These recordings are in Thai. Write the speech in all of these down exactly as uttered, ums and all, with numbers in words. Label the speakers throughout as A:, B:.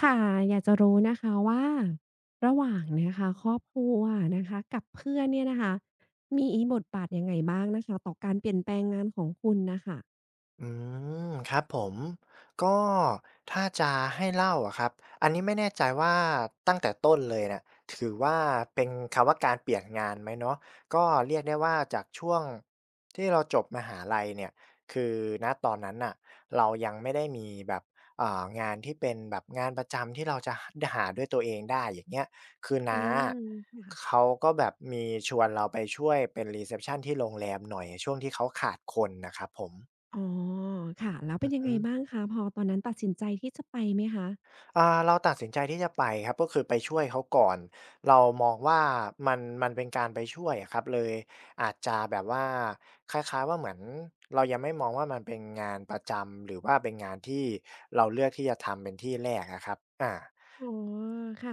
A: ค่ะอยากจะรู้นะคะว่าระหว่างนะคะครอบครัวนะคะกับเพื่อนเนี่ยนะคะมีบทบาทยังไงบ้างนะคะต่อการเปลี่ยนแปลงงานของคุณน่ะค่ะ
B: อืมครับผมก็ถ้าจะให้เล่าอะครับอันนี้ไม่แน่ใจว่าตั้งแต่ต้นเลยเนี่ยถือว่าเป็นคำว่าการเปลี่ยนงานไหมเนาะก็เรียกได้ว่าจากช่วงที่เราจบมหาลัยเนี่ยคือณตอนนั้นน่ะเรายังไม่ได้มีแบบเอ่องานที่เป็นแบบงานประจำที่เราจะหาด้วยตัวเองได้อย่างเงี้ยคือ
A: อื
B: น้า
A: มค่ะ
B: เขาก็แบบมีชวนเราไปช่วยเป็นรีเซพชันที่โรงแรมหน่อยช่วงที่เขาขาดคนนะครับผ
A: อ๋อค่ะแล้วเป็นยังไง
B: ม
A: บ้างคะพอตอนนั้นตัดสินใจที่จะไปไหมคะ
B: อ่าเราตัดสินใจที่จะไปครับก็คือไปช่วยเขาก่อนเรามองว่ามันมันเป็นการไปช่วยอะครับเลยอาจจะแบบว่าคล้ายๆว่าเหมือนเรายังไม่มองว่ามันเป็นงานประจำหรือว่าเป็นงานที่เราเลือกที่จะทำเป็นที่แรกอะครับอา
A: อ๋อค่ะ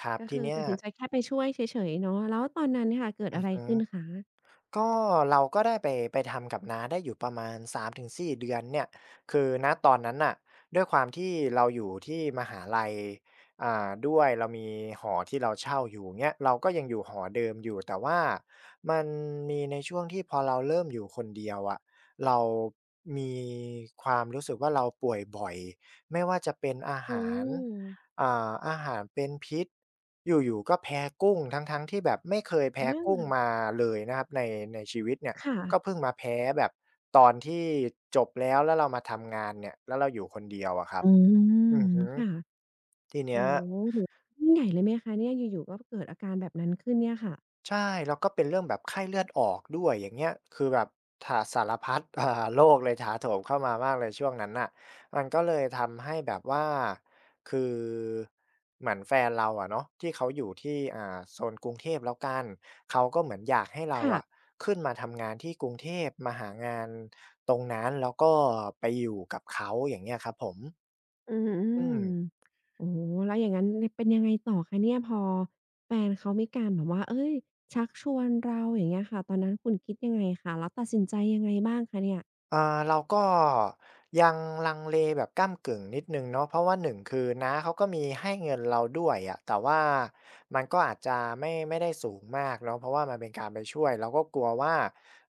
B: ครับ
A: ก็
B: ที
A: คือ
B: เนี้
A: ตั
B: ย
A: ดสินใจแค่ไปช่วยเฉยๆเนาะแล้วตอนนั้นค่ะเกิดอะไรขึ้นคะ
B: ก็เราก็ได้ไปไปทำกับน้าได้อยู่ประมาณสามถึงสี่เดือนเนี่ยคือณตอนนั้นน่ะด้วยความที่เราอยู่ที่มหาลัยอ่าด้วยเรามีหอที่เราเช่าอยู่เงี้ยเราก็ยังอยู่หอเดิมอยู่แต่ว่ามันมีในช่วงที่พอเราเริ่มอยู่คนเดียวอะเรามีความรู้สึกว่าเราป่วยบ่อยไม่ว่าจะเป็นอา
A: อื
B: หาร
A: ม
B: อ่าอาหารเป็นพิษอยู่ๆก็แพ้กุ้งทั้งๆที่แบบไม่เคยแพ้
A: อา
B: กุ้งมาเลยนะครับในในชีวิตเนี่ย
A: ค่ะ
B: ก็เพิ่งมาแพ้แบบตอนที่จบแล้วแล้วเรามาทำงานเนี่ยแล้วเราอยู่คนเดียวอะครับ
A: อื
B: อือ
A: ม
B: ฮึ
A: ค่ะ
B: ทีเนี้ย
A: โอ้โฮถือยิ่งใหญ่เลยไหมคะเนี่ยอยู่ๆก็เกิดอาการแบบนั้นขึ้นเนี่ยค่ะ
B: ใช่แล้วก็เป็นเรื่องแบบไข้เลือดออกด้วยอย่างเงี้ยคือแบบถาสารพัด อ่าโรคเลยถาโถมเข้ามามากเลยช่วงนั้นน่ะมันก็เลยทำให้แบบว่าคือเหมือนแฟนเราอะเนาะที่เขาอยู่ที่อ่าโซนกรุงเทพแล้วกันเขาก็เหมือนอยากให้เรา
A: ค่ะ
B: อะขึ้นมาทำงานที่กรุงเทพมาหางานตรงนั้นแล้วก็ไปอยู่กับเขาอย่างเงี้ยครับผม
A: อื
B: อื
A: ม
B: ม
A: โอ้โฮแล้วอย่างงั้นในเป็นยังไงต่อคะเนี่ยพอแฟนเขามีการแบบว่าเฮ้ยชักชวนเราอย่างเงี้ยค่ะตอนนั้นคุณคิดยังไงคะแล้วตัดสินใจยังไงบ้างคะเนี่ย
B: อ่าเราก็ยังลังเลแบบก้ำกึ่งนิดหนึ่งเนาะเพราะว่าหนึ่งคือน้าเขาก็มีให้เงินเราด้วยอะแต่ว่ามันก็อาจจะไม่ไม่ได้สูงมากเนาะเพราะว่ามันเป็นการไปช่วยเราก็กลัวว่า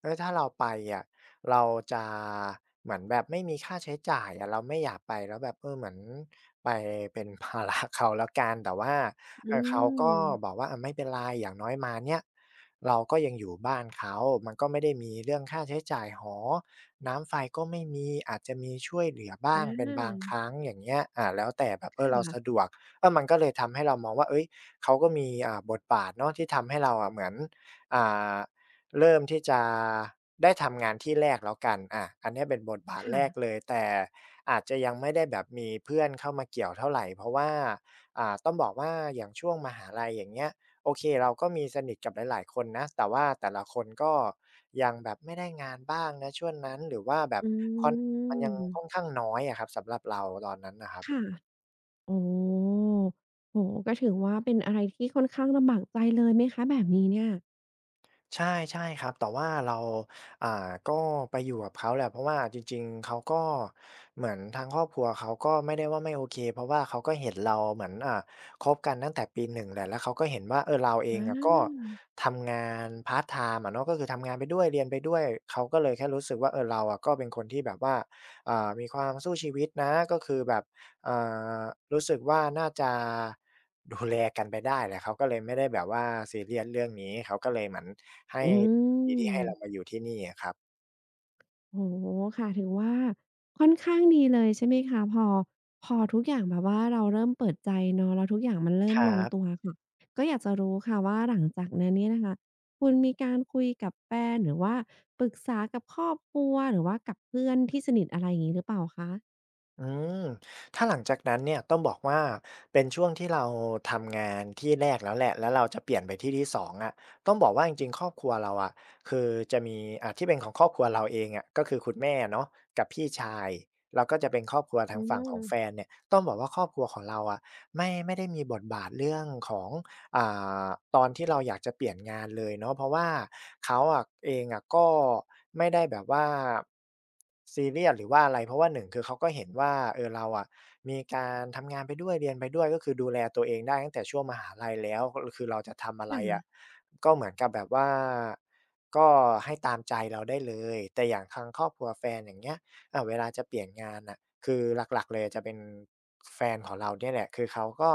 B: เออถ้าเราไปอะเราจะเหมือนแบบไม่มีค่าใช้จ่ายอะเราไม่อยากไปแล้วแบบเออเหมือนไปเป็นภาระ เขาแล้วกันแต่ว่า
A: อื
B: เออเขาก็บอก
A: ม
B: ว่าอาไม่เป็นไรอย่างน้อยมาเนี่ยเราก็ยังอยู่บ้านเขามันก็ไม่ได้มีเรื่องค่าใช้จ่ายหอน้ำไฟก็ไม่มีอาจจะมีช่วยเหลือ
A: อ
B: บ้างเป็นบางค
A: า
B: รั้งอย่างเงี้ยอ่าแล้วแต่แบบเออเรา
A: ค่ะ
B: สะดวกเออมันก็เลยทำให้เรามองว่าเฮ้ยเขาก็มีอ่าบทบาทเนาะที่ทำให้เราอะเหมือนอ่าเริ่มที่จะได้ทำงานที่แรกแล้วกันอาอันเนี้ยเป็นบทบาท
A: ค
B: แรกเล
A: ่ะ
B: ยแต่อาจจะยังไม่ได้แบบมีเพื่อนเข้ามาเกี่ยวเท่าไรเพราะว่า อ่าต้องบอกว่าอย่างช่วงมหาลัยอย่างเงี้ยโอเคเราก็มีสนิทกับหลายๆคนนะแต่ว่าแต่ละคนก็ยังแบบไม่ได้งานบ้างนะช่วงนั้นหรือว่าแบบ
A: อื
B: คอนมันยังค่อน
A: ม
B: ข้างน้อยอะครับสำหรับเราตอนนั้นน่ะครับ
A: ค่ะอ๋อโอ้โฮก็ถือว่าเป็นอะไรที่ค่อนข้างลำบากใจเลยไหมคะแบบนี้เนี่ย
B: ใช่ใช่ครับแต่ว่าเราอ่าก็ไปอยู่กับเขาแหละเพราะว่าจริงๆเขาก็เหมือนทางครอบครัวเขาก็ไม่ได้ว่าไม่โอเคเพราะว่าเขาก็เห็นเราเหมือนอ่าคบกันตั้งแต่ปีหนึ่งแหละแล้วเขาก็เห็นว่าเออเราเอ
A: อ
B: งอะก็
A: า
B: ทำงานพาร์ตไทม์อะเนาะก็คือทำงานไปด้วยเรียนไปด้วยเขาก็เลยแค่รู้สึกว่าเออเราอะก็เป็นคนที่แบบว่าอ่ามีความสู้ชีวิตนะก็คือแบบอ่ารู้สึกว่าน่าจะดูแลกันไปได้แหละเขาก็เลยไม่ได้แบบว่าซีเรียสเรื่องนี้เขาก็เลยเหมือน ให้
A: อื
B: ดีที่ให้เรามา
A: ม
B: อยู่ที่นี่อะครับ
A: โอ้โฮค่ะถือว่าค่อนข้างดีเลยใช่ไหมคะพอพอทุกอย่างแบบว่าเราเริ่มเปิดใจเนาะแล้วทุกอย่างมันเริ่
B: ค
A: มล
B: รั
A: งตั
B: บ
A: วค่ะก็อยากจะรู้ค่ะว่าหลังจากนั้นเนี่ยนะคะคุณมีการคุยกับแฟนหรือว่าปรึกษากับครอบครัวหรือว่ากับเพื่อนที่สนิทอะไรอย่างงี้หรือเปล่าคะ
B: อืมถ้าหลังจากนั้นเนี่ยต้องบอกว่าเป็นช่วงที่เราทำงานที่แรกแล้วแหละแล้วเราจะเปลี่ยนไปที่ที่สองอะต้องบอกว่าจริงๆครอบครัวเราอะคือจะมีอ่าที่เป็นของครอบครัวเราเองอะก็คือคุณแม่เนาะกับพี่ชายแล้วก็จะเป็นครอบครัว
A: อื
B: ทางฝั่งของแฟ
A: ม
B: นเนี่ยต้องบอกว่าครอบครัวของเราอะไม่ไม่ได้มีบทบาทเรื่องของ อ่าตอนที่เราอยากจะเปลี่ยนงานเลยเนาะเพราะว่าเขาอะเองอะก็ไม่ได้แบบว่าซีเรียสหรือว่าอะไรเพราะว่าหนึ่งคือเขาก็เห็นว่าเออเราอะมีการทำงานไปด้วยเรียนไปด้วยก็คือดูแลตัวเองได้ตั้งแต่ช่วงมหาลัยแล้วก็คือเราจะทำอะ
A: ค
B: ไรอะ
A: ่ะ
B: ก็เหมือนกับแบบว่าก็ให้ตามใจเราได้เลยแต่อย่างทางครอบครัวแฟนอย่างเงี้ยอ่ะเวลาจะเปลี่ยนงานอ่ะคือหลักๆเลยจะเป็นแฟนของเราเนี่ยแหละคือเขาก็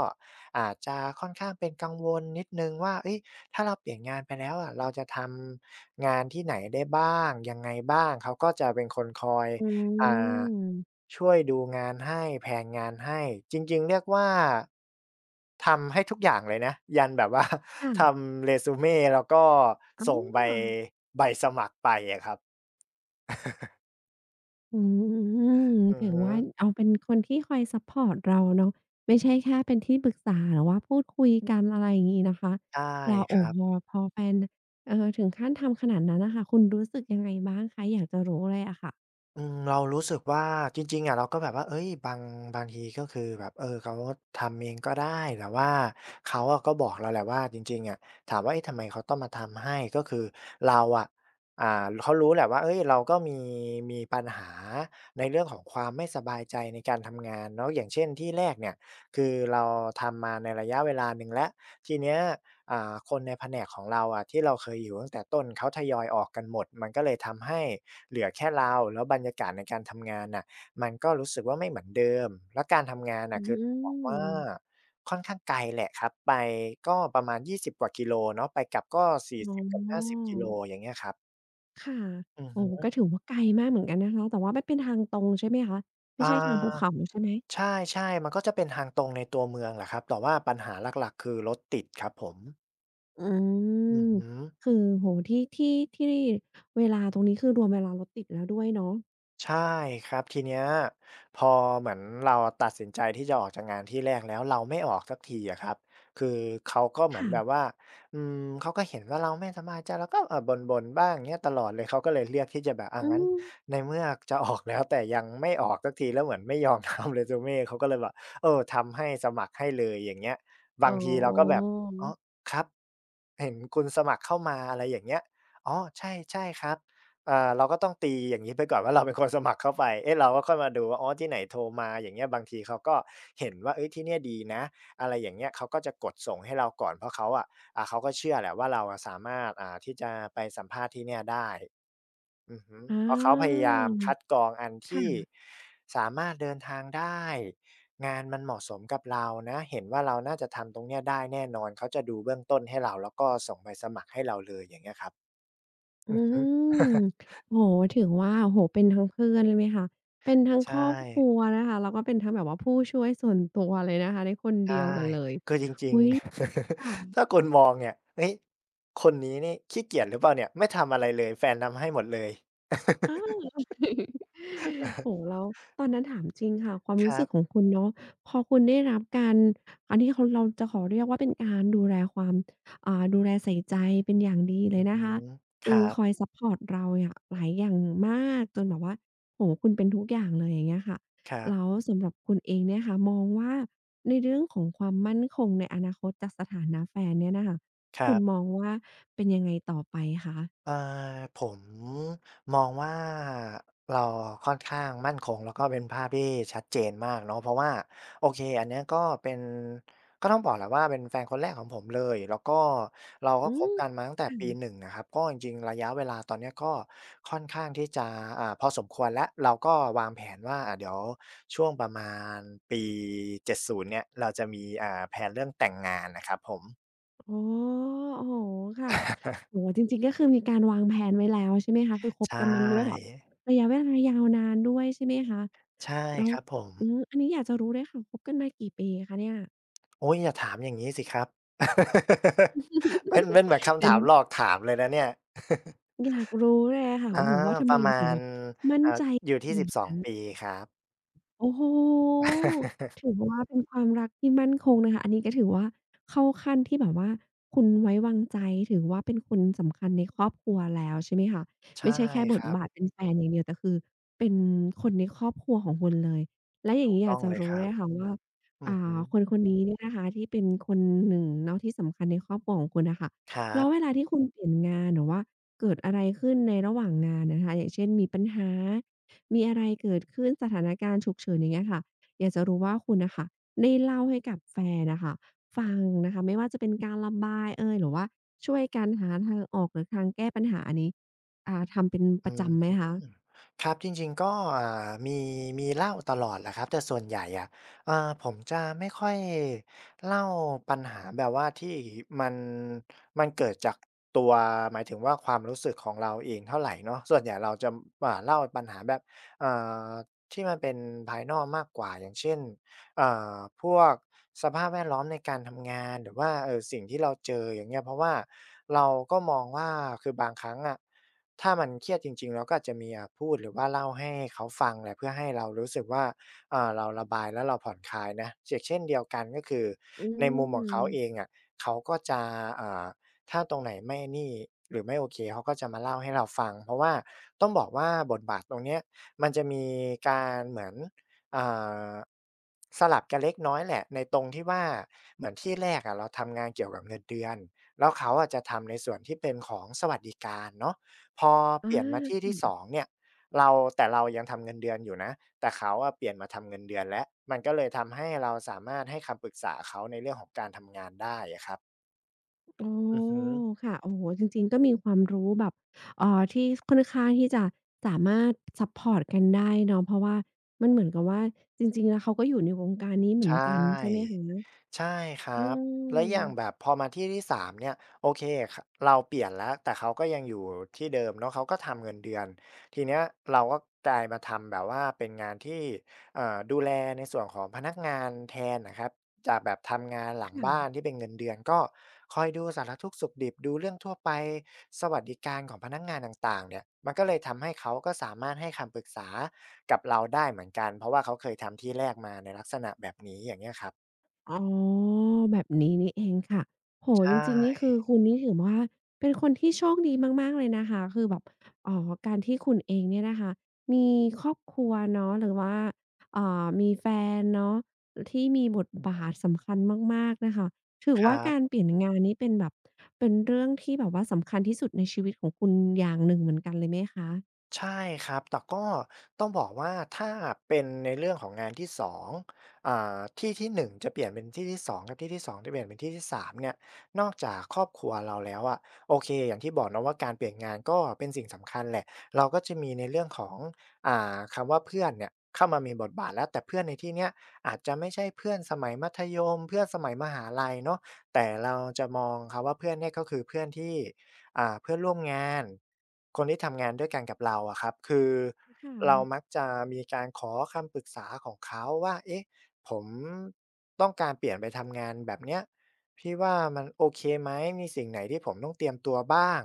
B: อาจจะค่อนข้างเป็นกังวลนิดหนึ่งว่าเอ๊ยถ้าเราเปลี่ยนงานไปแล้วอะเราจะทำงานที่ไหนได้บ้างยังไงบ้างเขาก็จะเป็นคนคอย
A: อื
B: อ่า
A: ม
B: ช่วยดูงานให้แพลนงานให้จริงๆเรียกว่าทำให้ทุกอย่างเลยนะยันแบบว่า ท
A: ค่ะ
B: ำเรซูเม่แล้วก็
A: อ๋อ
B: ส่งใบใบสมัครไปอะครับ
A: อืม
B: อือ
A: ถือ
B: ฮึ
A: ว่าเอาเป็นคนที่คอยซัปพอร์ตเราเนาะไม่ใช่แค่เป็นที่ปรึกษาหรือว่าพูดคุยกันอะไรอย่างงี้นะคะ
B: ใช่
A: เรา
B: ค
A: โอ้
B: รับ
A: พอพอแฟนเอ่อถึงขั้นทำขนาดนั้นน่ะค่ะคุณรู้สึกยังไงบ้างคะอยากจะรู้เลยอะค่ะ
B: อืมเรารู้สึกว่าจริงๆอะเราก็แบบว่าเฮ้ยบางบางทีก็คือแบบเออเขาทำเองก็ได้แต่ว่าเขาอะก็บอกเราแหละว่าจริงๆอะถามว่าเอ๊ะทำไมเขาต้องมาทำให้ก็คือเราอะอ่าเขารู้แหละว่าเฮ้ยเราก็มีมีปัญหาในเรื่องของความไม่สบายใจในการทำงานเนาะอย่างเช่นที่แรกเนี่ยคือเราทำมาในระยะเวลาหนึ่งแล้วทีเนี้ยอ่าคนในแผนกของเราอะที่เราเคยอยู่ตั้งแต่ต้นเขาทยอยออกกันหมดมันก็เลยทำให้ เหลือแค่เราแล้วบรรยากาศในการทำงานน่ะมันก็รู้สึกว่าไม่เหมือนเดิมแล้วการทำงาน
A: อื
B: น่ะคือบอกว่า
A: ม
B: ค่อนข้างไกลแหละครับไปก็ประมาณยี่สิบกว่ากิโลเนาะไปกลับก็
A: อ๋
B: สี่สิบกับห้าสิบ
A: อ
B: กิโลอย่างเงี้ยครับ
A: ค่ะ
B: อือ
A: โอ้โฮก็
B: ฮึ
A: ถือว่าไกลมากเหมือนกันนะคะแต่ว่ามันเป็นทางตรงใช่ไหมคะ
B: อ
A: ไม่ใช่ทางภู
B: า
A: เขาใช่ไหม
B: ใช่ๆมันก็จะเป็นทางตรงในตัวเมืองแหละครับแต่ว่าปัญหาหลักๆคือรถติดครับผม
A: อื
B: อือ
A: ม
B: ฮึ
A: คือโอ้โฮที่ที่ที่เวลาตรงนี้คือรวมเวลารถติดแล้วด้วยเนาะ
B: ใช่ครับทีเนี้ยพอเหมือนเราตัดสินใจที่จะออกจากงานที่แรกแล้วเราไม่ออกสักทีอะครับคือเขาก็เหมือน
A: ค่ะ
B: แบบว่าอืมเขาก็เห็นว่าเราไม่สบายใจแล้วก็เออบ่นบ่นบ้างเนี้ยตลอดเลยเขาก็เลยเลือกที่จะแบบอ่า
A: อื
B: งั้น
A: ม
B: ในเมื่อจะออกแล้วแต่ยังไม่ออกสักทีแล้วเหมือนไม่ยอมทำ resume เม่เขาก็เลยแบบเออทำให้สมัครให้เลยอย่างเงี้ย
A: อ๋
B: บา
A: อ
B: งทีเราก็แบบอ๋อครับเห็นคุณสมัครเข้ามาอะไรอย่างเงี้ยอ๋อใช่ๆครับ อ่าเราก็ต้องตีอย่างนี้ไปก่อนว่าเราเป็นคนสมัครเข้าไปเอ๊ะเราก็ค่อยมาดูว่าอ๋อที่ไหนโทรมาอย่างเงี้ยบางทีเขาก็เห็นว่าเฮ้ยที่เนี่ยดีนะอะไรอย่างเงี้ยเขาก็จะกดส่งให้เราก่อนเพราะเขาอะอ่าเขาก็เชื่อแหละว่าเราอะสามารถอ่าที่จะไปสัมภาษณ์ที่เนี่ยได้อือฮึ
A: อ
B: เพราะเขาพ
A: า
B: ยายามคัดกรองอัน
A: ค่ะ
B: ที่สามารถเดินทางได้งานมันเหมาะสมกับเรานะเห็นว่าเราน่าจะทำตรงเนี้ยได้แน่นอนเขาจะดูเบื้องต้นให้เราแล้วก็ส่งใบสมัครให้เราเลยอย่างเงี้ยครับ
A: อื
B: อือฮึ
A: มโอ้โฮถือว่าโอ้โฮเป็นทั้งเพื่อนเลยไหมคะเป็นทั้งค
B: ใช่
A: รอบครัวนะคะ แล้วก็เป็นทั้งแบบว่าผู้ช่วยส่วนตัวเลยนะคะในคน
B: ใช่
A: เดียวกันเลย
B: คือจริง
A: อุ๊ย
B: ๆ
A: ค่ะ
B: ถ้าคนมองเนี่ยเฮ้ยคนนี้นี่ขี้เกียจหรือเปล่าเนี่ยไม่ทำอะไรเลยแฟนทำให้หมดเลย
A: อา โอ้โฮ แล้วตอนนั้นถามจริงค่ะความ
B: ค
A: รู้
B: รั
A: สึกของ
B: บ
A: คุณเนาะพอคุณได้รับการอันนี้เขาเราจะขอเรียกว่าเป็นการดูแลความอ่าดูแลใส่ใจเป็นอย่างดีเล
B: อื
A: ย
B: อ
A: นะ
B: หื
A: คะ
B: อค
A: คือ
B: รับ
A: คอยซัปพอร์ตเราเนี่ยหลายอย่างมากจนแบบว่าโอ้โฮคุณเป็นทุกอย่างเลยอย่างเงี้ยค่ะ
B: ครับ
A: แล้วสำหรับคุณเองเนี่ยค่ะมองว่าในเรื่องของความมั่นคงในอนาคตจากสถานะแฟนเนี่ยน่ะค่ะ
B: ครั
A: คุณ
B: บ
A: มองว่าเป็นยังไงต่อไปคะ
B: เอ่อผมมองว่าเราค่อนข้างมั่นคงแล้วก็เป็นภาพที่ชัดเจนมากเนาะเพราะว่าโอเคอันเนี้ยก็เป็นก็ต้องบอกแหละว่าเป็นแฟนคนแรกของผมเลยแล้วก็เราก็
A: อื
B: ค
A: ม
B: บกันมาตั้งแต่
A: ค่
B: ปี
A: ะ
B: หนึ่งอะครับก็จริงๆระยะเวลาตอนเนี้ยก็ค่อนข้างที่จะอ่าพอสมควรแล้วเราก็วางแผนว่าอ่าเดี๋ยวช่วงประมาณปีเจ็ดศูนย์เนี่ยเราจะมีอ่าแพลนเรื่องแต่งงานน่ะครับผม
A: อ๋อโอ้โฮค่ะโอ้ โฮจริงๆก็คือมีการวางแพลนไว้แล้วใช่ไหมคะ คือค
B: ใช
A: บกันมันด้วยแบ
B: ่
A: บระยะเวลายาวนานด้วยใช่ไหมคะ
B: ใช่
A: แล้ว
B: ครับผม
A: อืมอันนี้อยากจะรู้เลยค่ะคบกันมากี่ปีคะเนี่ย
B: โอ๊ยอย่าถามอย่างงี้สิครับ เป็นเป็นแบบคำ
A: เดี๋ยว
B: ถามหลอกถามเลยนะเนี่ย
A: อยากรู้เลยอะค่ะ
B: อา
A: โอ้โฮว่าทำ
B: ป
A: ไม
B: ระ
A: เรา
B: มา
A: ถึง
B: ณ
A: แบบมั่น
B: อ่า
A: ใจ
B: อยู่
A: ข
B: ที่
A: นาด
B: สิบสอง
A: นั้น
B: ปีครับ
A: โอ้โฮถือว่าเป็นความรักที่มั่นคงนะคะ อันนี้ก็ถือว่าเข้าขั้นที่แบบว่าคุณไว้วางใจถือว่าเป็นคนสำคัญในครอบครัวแล้วใช่ไหมคะ
B: ใช่
A: ไม่ใช่แค่บ
B: ค
A: ท
B: รั
A: บาท
B: บ
A: เป็นแฟนอย่างเดียวแต่คือเป็นคนในครอบครัวของคุณเลยแล้วอย่า
B: ถู
A: ง
B: ก
A: งี้อ
B: ต้
A: ยา
B: อ
A: ก
B: ง
A: จะ
B: เลยค
A: รู้
B: รั
A: เล
B: บ
A: ยค่ะว่า
B: อื
A: อ่
B: อฮึ
A: าคนคนนี้เนี่ยนะคะที่เป็นคนหนึ่งเนาะที่สำคัญในครอบครัวของคุณน่ะค่ะ
B: ครั
A: แล้วเว
B: บ
A: ลาที่คุณเปลี่ยนงานหรือว่าเกิดอะไรขึ้นในระหว่างงานน่นะคะอย่างเช่นมีปัญหา มีอะไรเกิดขึ้นสถานการณ์ฉุกเฉินอย่างเงี้ยค่ะอยากจะรู้ว่าคุณน่ะค่ะได้เล่าให้กับแฟนน่ะค่ะฟังนะคะไม่ว่าจะเป็นการระบายเอยหรือว่าช่วยกันหาทางออกหรือทางแก้ปัญหาอันนี้อ่าทำเป็นประ
B: อื
A: จำไหม
B: ม
A: คะ
B: ครับจริงๆก็อ่ามีมีเล่าตลอดแหละครับแต่ส่วนใหญ่อะเอ่อผมจะไม่ค่อยเล่าปัญหาแบบว่าที่มันมันเกิดจากตัวหมายถึงว่าความรู้สึกของเราเองเท่าไรเนาะส่วนใหญ่เราจะอ่าเล่าปัญหาแบบเอ่อที่มันเป็นภายนอกมากกว่าอย่างเช่นเอ่อพวกสภาพแวดล้อมในการทำงานหรือว่าเอ่อสิ่งที่เราเจออย่างเงี้ยเพราะว่าเราก็มองว่าคือบางครั้งอะ ถ้ามันเครียดจริงๆเราก็อาจจะมีอ่าพูดหรือว่าเล่าให้เขาฟังแหละเพื่อให้เรารู้สึกว่าอ่าเราระบายแล้วเราผ่อนคลายนะ่งเช่นเดียวกันก็คือ
A: อื
B: ในมุมของเขาเอง
A: ม
B: อะเขาก็จะอ่าถ้าตรงไหนไม่นี่หรือไม่โอเคเขาก็จะมาเล่าให้เราฟังเพราะว่าต้องบอกว่าบทบาทตรงเนี้ยมันจะมีการเหมือนอ่าสลับกันเล็กน้อยแหละในตรงที่ว่าเหมือนที่แรกอะเราทำงานเกี่ยวกับเงินเดือนแล้วเขาอะจะทำในส่วนที่เป็นของสวัสดิการเนาะ พอเป
A: อ
B: ลี่ยนมาที่
A: า
B: ที่สองเนี่ยเราแต่เรายังทำเงินเดือนอยู่นะแต่เขาอะเปลี่ยนมาทำเงินเดือนแล้วมันก็เลยทำให้เราสามารถให้คำปรึกษาเขาในเรื่องของการทำงานได้อะครับ
A: อ๋อ
B: อือฮึ
A: ค่ะโอ้โฮจริงๆก็มีความรู้แบบเอ่อที่ค่อนข้างที่จะสามารถซัปพอร์ตกันได้เนาะเพราะว่ามันเหมือนกับว่าจริงๆแล้วเขาก็อยู่ในวงการนี้เหมือน
B: ใช่
A: กันใช่ไหมคะ
B: ใช่ครั
A: อื
B: บและอย่างแบ
A: ม
B: บพอมาที่ที่สามเนี่ยโอเคค่ะเราเปลี่ยนแล้วแต่เขาก็ยังอยู่ที่เดิมเนาะเขาก็ทำเงินเดือนทีเนี้ยเราก็กลายมาทำแบบว่าเป็นงานที่เอ่อดูแลในส่วนของพนักงานแทนนะครับจากแบบทำงานหลั
A: ค
B: งบ้าน
A: ่ะ
B: ที่เป็นเงินเดือนก็คอยดูสารทุกข์สุขดิบดูเรื่องทั่วไปสวัสดิการของพนักงานต่างๆเนี่ยมันก็เลยทำให้เขาก็สามารถให้คำปรึกษากับเราได้เหมือนกันเพราะว่าเขาเคยทำที่แรกมาในลักษณะแบบนี้อย่างเงี้ยครับ
A: อ๋อแบบนี้นี่เองค่ะโอ้โฮ
B: ใช่
A: จริงๆนี่คือคุณนี่ถือว่าเป็นคนที่โชคดีมากๆเลยนะคะคือแบบอ๋อการที่คุณเองเนี่ยนะคะมีครอบครัวเนาะหรือว่าอ่ามีแฟนเนาะที่มีบทบาทสำคัญมากๆนะคะถือ
B: ค
A: ว่า
B: รั
A: การ
B: บ
A: เปลี่ยนงานนี้เป็นแบบเป็นเรื่องที่แบบว่าสำคัญที่สุดในชีวิตของคุณอย่างหนึ่งเหมือนกันเลยไหมคะ
B: ใช่ครับแต่ก็ต้องบอกว่าถ้าเป็นในเรื่องของงานที่สองอ่าที่ที่หนึ่งจะเปลี่ยนเป็นที่ที่สองกับที่ที่สองจะเปลี่ยนเป็นที่ที่สามเนี่ยนอกจากครอบครัวเราแล้วอะโอเคอย่างที่บอกเนาะว่าการเปลี่ยนงานก็เป็นสิ่งสำคัญแหละเราก็จะมีในเรื่องของอ่าคำว่าเพื่อนเนี่ยเข้ามามีบทบาทแล้วแต่เพื่อนในที่เนี้ยอาจจะไม่ใช่เพื่อนสมัยมัธยมเพื่อนสมัยมหาลัยเนาะแต่เราจะมองคำว่าเพื่อนเนี่ยก็คือเพื่อนที่อ่าเพื่อนร่วมงาน คนที่ทำงานด้วยกันกับเราอะครับคือเรา
A: ค่ะ
B: มักจะมีการขอคำปรึกษาของเขาว่าเอ๊ะผมต้องการเปลี่ยนไปทำงานแบบเนี้ยพี่ว่ามันโอเคไหมมีสิ่งไหนที่ผมต้องเตรียมตัวบ้าง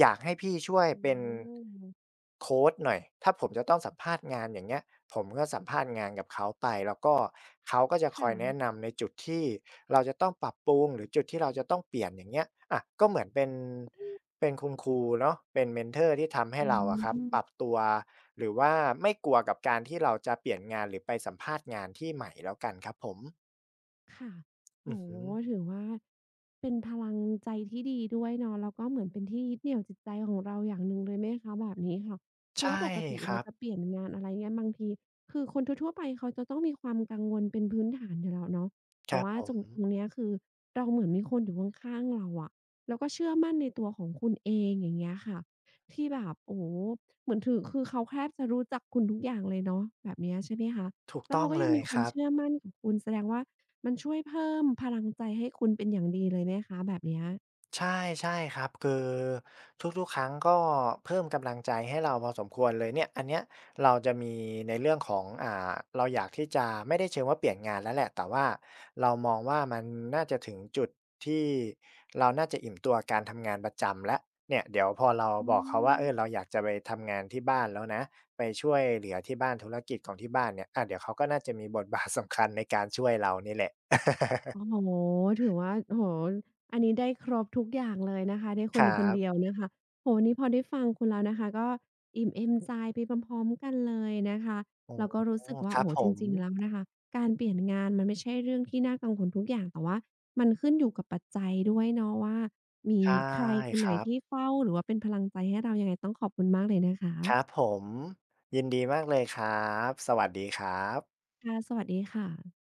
B: อยากให้พี่ช่วย
A: อื
B: เป็น
A: ม
B: โคชหน่อยถ้าผมจะต้องสัมภาษณ์งานอย่างเงี้ยผมก็สัมภาษณ์งานกับเขาไปแล้วก็เขาก็จะ
A: ค
B: คอยแนะ
A: ่ะ
B: นำในจุดที่เราจะต้องปรับปรุงหรือจุดที่เราจะต้องเปลี่ยนอย่างเงี้ยอะก็เหมือนเป็นเป็นคุณครูเนาะเป็นเมนทอร์ที่ทำให้
A: อื
B: เราอะครับปรับ
A: ม
B: ตัวหรือว่าไม่กลัวกับการที่เราจะเปลี่ยนงานหรือไปสัมภาษณ์งานที่ใหม่แล้วกันครับผม
A: ค่ะ
B: อื
A: โอ้
B: อฮึ
A: โฮถือว่าเป็นพลังใจที่ดีด้วยเนาะแล้วก็เหมือนเป็นที่ยึดเหนี่ยวจิตใจของเราอย่างหนึ่งเลยไหมคะแบบนี้ค่ะ คือว่า
B: ใช่
A: ปกติ
B: ค
A: เรา
B: รับ
A: จะเปลี่ยนงานอะไรเงี้ยบางทีคือคนทั่วๆไปเขาจะต้องมีความกังวลเป็นพื้นฐานอยู่แล้วเนาะ
B: ค
A: แต่
B: รับ
A: ว่า
B: ผ
A: ตรง
B: ม
A: ตรงเนี้ยคือเราเหมือนมีคนอยู่ข้างๆเราอะแล้วก็เชื่อมั่นในตัวของคุณเองอย่างเงี้ยค่ะที่แบบโอ้โฮเหมือนถือคือเขาแทบจะรู้จักคุณทุกอย่างเลยเนาะแบบเนี้ยใช่ไหมคะ
B: ถูก
A: แล้ว
B: ต้อ
A: เขา
B: ง
A: ก็
B: เล
A: ยัง
B: ย
A: มีค
B: ค
A: วาม
B: รับ
A: เชื่อมั่นกับคุณแสดงว่า มันช่วยเพิ่มพลังใจให้คุณเป็นอย่างดีเลยไหมคะแบบเนี้ย
B: ใช่ใช่ครับคือทุกๆครั้งก็เพิ่มกำลังใจให้เราพอสมควรเลยเนี่ยอันเนี้ยเราจะมีในเรื่องของอ่าเราอยากที่จะไม่ได้เชิงว่าเปลี่ยนงานแล้วแหละแต่ว่าเรามองว่ามันน่าจะถึงจุดที่เราน่าจะอิ่มตัวการทำงานประจำแล้วเนี่ยเดี๋ยวพอเรา
A: อื
B: บอกเขาว่าเออเรา
A: ม
B: อยากจะไปทำงานที่บ้านแล้วนะไปช่วยเหลือที่บ้านธุรกิจของที่บ้านเนี่ยอาเดี๋ยวเขาก็น่าจะมีบทบาทสำคัญในการช่วยเรานี่แหละ
A: โอ้โฮถือว่าโอ้โฮอันนี้ได้ครบทุกอย่างเลยนะคะได้ค
B: ค
A: น
B: รั
A: คนเดียว
B: บ
A: นะคะโอ้โฮวันนี้พอได้ฟังคุณแล้วนะคะก็อิ่มเอมใจไปพร้อมๆกันเลยนะคะ
B: โอ้
A: แล้ว
B: โฮ
A: ก็รู้สึกว่า
B: ครั
A: โอ้
B: บ
A: โฮ
B: ผ
A: จ
B: ม
A: ริงๆแล้วนะคะการเปลี่ยนงานมันไม่ใช่เรื่องที่น่ากังวลทุกอย่างแต่ว่ามันขึ้นอยู่กับปัจจัยด้วยเนาะว่ามี
B: ใช่
A: ใครคน
B: ค
A: ไหน
B: รับ
A: ที่เฝ้าหรือว่าเป็นพลังใจให้เรายังไงต้องขอบคุณมากเลยนะ
B: ครับ
A: คะ
B: ผม ยินดีมากเลยครับ สวัสดีครับ
A: ค่ะสวัสดีค่ะ